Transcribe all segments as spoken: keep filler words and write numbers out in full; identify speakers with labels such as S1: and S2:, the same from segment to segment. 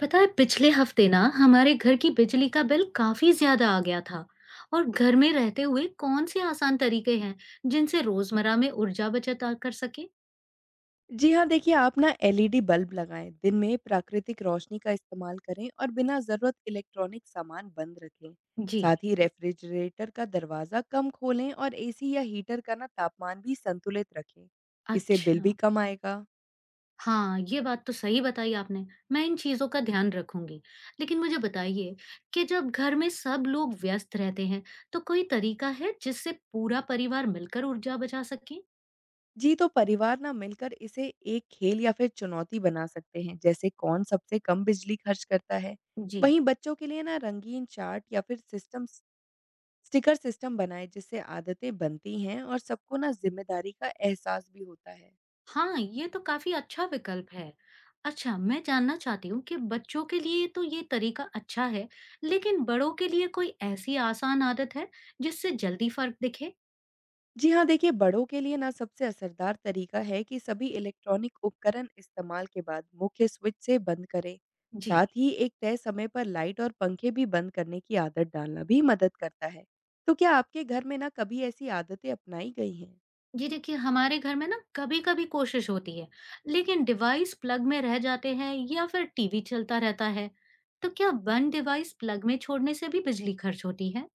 S1: पता है पिछले हफ्ते ना हमारे घर की बिजली का बिल काफी ज्यादा आ गया था। और घर में रहते हुए कौन से आसान तरीके हैं जिनसे रोजमर्रा में ऊर्जा बचत आ- कर सके।
S2: जी हाँ, देखिए आप ना एलईडी बल्ब लगाएँ, दिन में प्राकृतिक रोशनी का इस्तेमाल करें और बिना ज़रूरत इलेक्ट्रॉनिक सामान बंद रखें।
S1: जी।
S2: साथ ही रेफ्रिजरेटर का दरवाज़ा कम खोलें और एसी या हीटर का ना तापमान भी संतुलित रखें। इससे बिल
S1: अच्छा।
S2: भी कम आएगा।
S1: हाँ, ये बात तो सही बताई आपने। मैं इन चीजों का ध्यान रखूंगी। लेकिन मुझे बताइए कि जब घर में सब लोग व्यस्त रहते हैं, तो कोई तरीका है जिससे पूरा परिवार मिलकर ऊर्जा बचा सके।
S2: जी, तो परिवार ना मिलकर इसे एक खेल या फिर चुनौती बना सकते हैं, जैसे कौन सबसे कम बिजली खर्च करता है।
S1: जी।
S2: वहीं बच्चों के लिए ना रंगीन चार्ट या फिर सिस्टम स्टिकर सिस्टम बनाएं, जिससे आदतें बनती हैं और सबको ना जिम्मेदारी का एहसास भी होता है।
S1: हाँ, ये तो काफ़ी अच्छा विकल्प है। अच्छा, मैं जानना चाहती हूँ कि बच्चों के लिए तो ये तरीका अच्छा है, लेकिन बड़ों के लिए कोई ऐसी आसान आदत है जिससे जल्दी फ़र्क दिखे?
S2: जी हाँ, देखिए बड़ों के लिए ना सबसे असरदार तरीका है कि सभी इलेक्ट्रॉनिक उपकरण इस्तेमाल के बाद मुख्य स्विच से बंद करें।
S1: जी।
S2: साथ ही एक तय समय पर लाइट और पंखे भी बंद करने की आदत डालना भी मदद करता है। तो क्या आपके घर में ना कभी ऐसी आदतें अपनाई गई हैं?
S1: जी देखिए, हमारे घर में ना कभी-कभी कोशिश होती है, लेकिन डिवाइस प्लग में रह जाते हैं या फिर टीवी चलता रहता है। तो क्या बंद डिवाइस प्लग में छोड़ने से भी बिजली खर्च होती है?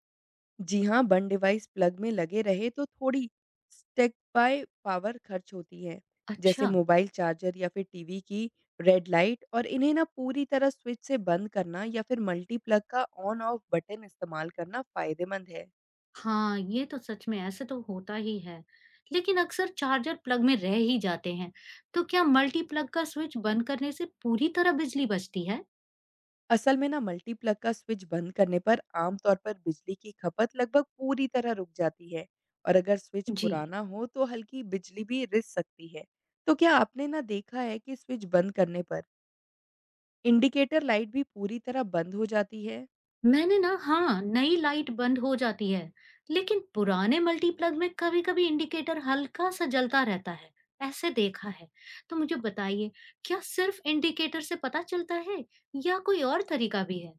S2: जी हाँ, बन डिवाइस प्लग में लगे रहे तो थोड़ी स्टेगबाय पावर खर्च होती है। जैसे
S1: अच्छा।
S2: मोबाइल चार्जर या फिर टीवी की रेड लाइट, और इन्हें ना पूरी तरह स्विच से बंद करना या फिर मल्टी प्लग का ऑन ऑफ बटन इस्तेमाल करना फायदेमंद है।
S1: हाँ, ये तो सच में ऐसे तो होता ही है। लेकिन अक्सर चार्जर प्लग में रह ही जाते हैं। तो क्या मल्टी प्लग का स्विच बंद करने से पूरी तरह बिजली बचती है?
S2: असल में ना मल्टी प्लग का स्विच बंद करने पर आमतौर पर बिजली की खपत लगभग पूरी तरह रुक जाती है, और अगर स्विच
S1: जी।
S2: पुराना हो तो हल्की बिजली भी रिस सकती है। तो क्या आपने ना देखा है कि स्विच बंद करने पर इंडिकेटर लाइट भी पूरी तरह बंद हो जाती है?
S1: मैंने ना हाँ, नई लाइट बंद हो जाती है। लेकिन पुराने मल्टी प्लग में कभी-कभी इंडिकेटर हल्का सा जलता रहता है। ऐसे देखा है। तो मुझे बताइए, क्या सिर्फ इंडिकेटर से पता चलता है या कोई और तरीका भी है?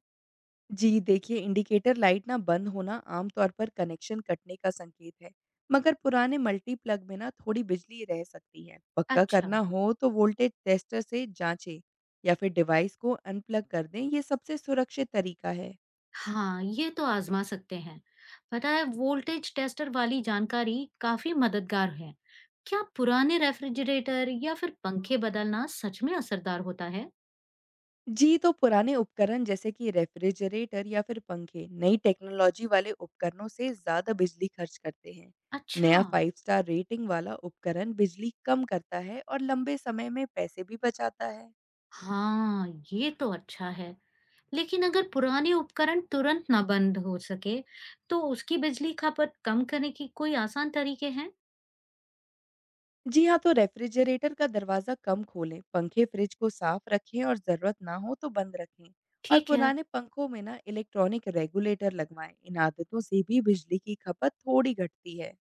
S2: जी, देखिए इंडिकेटर लाइट ना बंद होना आम तौर पर कनेक्शन कटने का संकेत है, मगर पुराने मल्टी प्लग में ना थोड़ी बिजली रह सकती है। पक्का
S1: अच्छा।
S2: करना हो तो वोल्टेज टेस्टर से जांचें या फिर डिवाइस को अनप्लग कर दें, ये सबसे सुरक्षित तरीका है।
S1: हाँ, ये तो आज़मा सकते हैं। पता है वोल्टेज टेस्टर वाली जानकारी काफ़ी मददगार है। क्या पुराने रेफ्रिजरेटर या फिर पंखे बदलना सच में असरदार होता है?
S2: जी, तो पुराने उपकरण जैसे कि रेफ्रिजरेटर या फिर पंखे नई टेक्नोलॉजी वाले उपकरणों से ज़्यादा बिजली खर्च करते हैं।
S1: अच्छा।
S2: नया फाइव स्टार रेटिंग वाला उपकरण बिजली कम करता है और लंबे समय में पैसे भी बचाता है।
S1: हाँ, ये तो अच्छा है। लेकिन अगर पुराने उपकरण तुरंत ना बंद हो सके, तो उसकी बिजली खपत कम करने की कोई आसान तरीके हैं?
S2: जी हाँ, तो रेफ्रिजरेटर का दरवाज़ा कम खोलें, पंखे फ्रिज को साफ रखें और ज़रूरत ना हो तो बंद रखें। और
S1: ठीक है।
S2: पुराने पंखों में ना इलेक्ट्रॉनिक रेगुलेटर लगवाएं। इन आदतों से भी बिजली की खपत थोड़ी घटती है।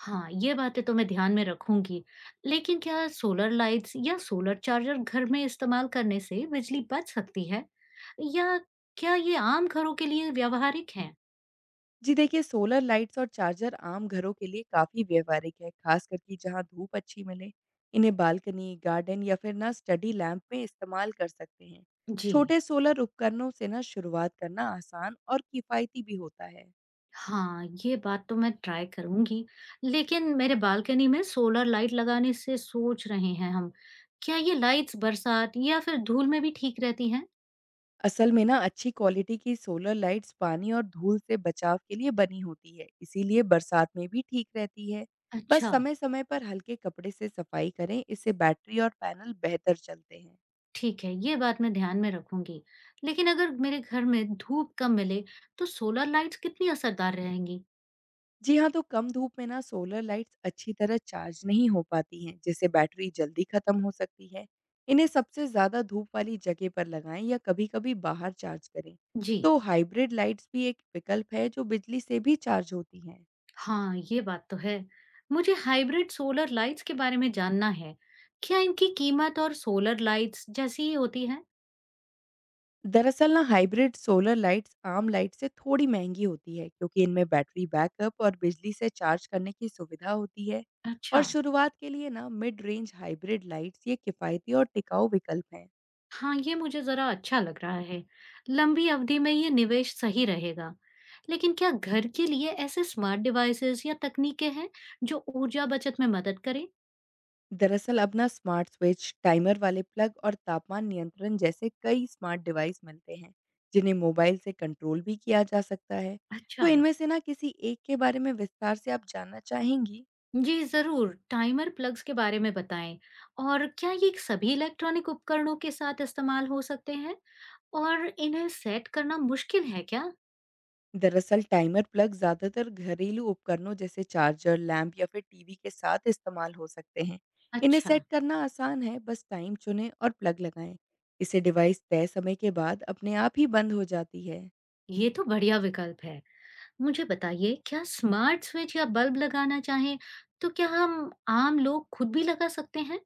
S1: हाँ, ये बातें तो मैं ध्यान में रखूंगी। लेकिन क्या सोलर लाइट्स या सोलर चार्जर घर में इस्तेमाल करने से बिजली बच सकती है? या क्या ये आम घरों के लिए व्यावहारिक हैं?
S2: जी देखिए, सोलर लाइट्स और चार्जर आम घरों के लिए काफ़ी व्यावहारिक है, खासकर कि जहाँ धूप अच्छी मिले। इन्हें बालकनी, गार्डन या फिर ना स्टडी लैंप में इस्तेमाल कर सकते हैं।
S1: जी।
S2: छोटे सोलर उपकरणों से ना शुरुआत करना आसान और किफ़ायती भी होता है।
S1: हाँ, ये बात तो मैं ट्राई करूंगी। लेकिन मेरे बालकनी में सोलर लाइट लगाने से सोच रहे हैं हम। क्या ये लाइट्स बरसात या फिर धूल में भी ठीक रहती हैं?
S2: असल में ना अच्छी क्वालिटी की सोलर लाइट्स पानी और धूल से बचाव के लिए बनी होती है, इसीलिए बरसात में भी ठीक रहती है। बस
S1: अच्छा।
S2: समय-समय पर हल्के कपड़े से सफाई करें, इससे बैटरी और पैनल बेहतर चलते हैं।
S1: ठीक है, ये बात मैं ध्यान में रखूंगी। लेकिन अगर मेरे घर में धूप कम मिले तो सोलर लाइट्स कितनी असरदार रहेंगी?
S2: जी हाँ, तो कम धूप में ना सोलर लाइट्स अच्छी तरह चार्ज नहीं हो पाती हैं, जिससे बैटरी जल्दी खत्म हो सकती है। इन्हें सबसे ज़्यादा धूप वाली जगह पर लगाएं या कभी-कभी बाहर चार्ज करें।
S1: जी।
S2: तो हाइब्रिड लाइट्स भी एक विकल्प है, जो बिजली से भी चार्ज होती हैं।
S1: हाँ, ये बात तो है। मुझे हाइब्रिड सोलर लाइट्स के बारे में जानना है। क्या इनकी कीमत और सोलर लाइट्स जैसी ही होती है?
S2: दरअसल ना हाइब्रिड सोलर लाइट्स आम लाइट से थोड़ी महंगी होती है, क्योंकि इनमें बैटरी बैकअप और बिजली से चार्ज करने की सुविधा होती है। और
S1: अच्छा।
S2: शुरुआत के लिए ना मिड रेंज हाइब्रिड लाइट्स ये किफ़ायती और टिकाऊ विकल्प हैं।
S1: हाँ, ये मुझे जरा अच्छा लग रहा है। लंबी अवधि में ये निवेश सही रहेगा। लेकिन क्या घर के लिए ऐसे स्मार्ट डिवाइसेस या तकनीकें हैं जो ऊर्जा बचत में मदद करें?
S2: दरअसल अब ना स्मार्ट स्विच, टाइमर वाले प्लग और तापमान नियंत्रण जैसे कई स्मार्ट डिवाइस मिलते हैं, जिन्हें मोबाइल से कंट्रोल भी किया जा सकता है। तो
S1: अच्छा।
S2: इनमें से ना किसी एक के बारे में विस्तार से आप जानना चाहेंगी?
S1: जी ज़रूर, टाइमर प्लग्स के बारे में बताएँ और क्या ये सभी इलेक्ट्रॉनिक उपकरणों के साथ इस्तेमाल हो सकते हैं और इन्हें सेट करना मुश्किल है क्या?
S2: दरअसल टाइमर प्लग ज्यादातर घरेलू उपकरणों जैसे चार्जर, लैंप या फिर टीवी के साथ इस्तेमाल हो सकते हैं। इन्हें
S1: अच्छा,
S2: सेट करना आसान है, बस टाइम चुनें और प्लग लगाएं। इसे डिवाइस तय समय के बाद अपने आप ही बंद हो जाती है।
S1: ये तो बढ़िया विकल्प है। मुझे बताइए क्या स्मार्ट स्विच या बल्ब लगाना चाहें तो क्या हम आम लोग खुद भी लगा सकते हैं?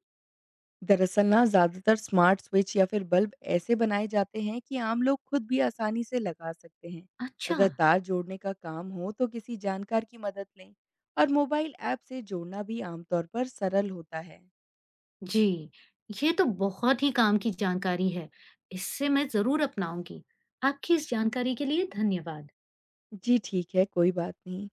S2: दरअसल ना ज्यादातर स्मार्ट स्विच या फिर बल्ब ऐसे बनाए जाते हैं कि आम लोग खुद भी आसानी से लगा सकते हैं।
S1: अच्छा।
S2: अगर तार जोड़ने का काम हो तो किसी जानकार की मदद लें, और मोबाइल ऐप से जोड़ना भी आमतौर पर सरल होता है।
S1: जी, ये तो बहुत ही काम की जानकारी है। इससे मैं ज़रूर अपनाऊँगी। आपकी इस जानकारी के लिए धन्यवाद।
S2: जी ठीक है, कोई बात नहीं।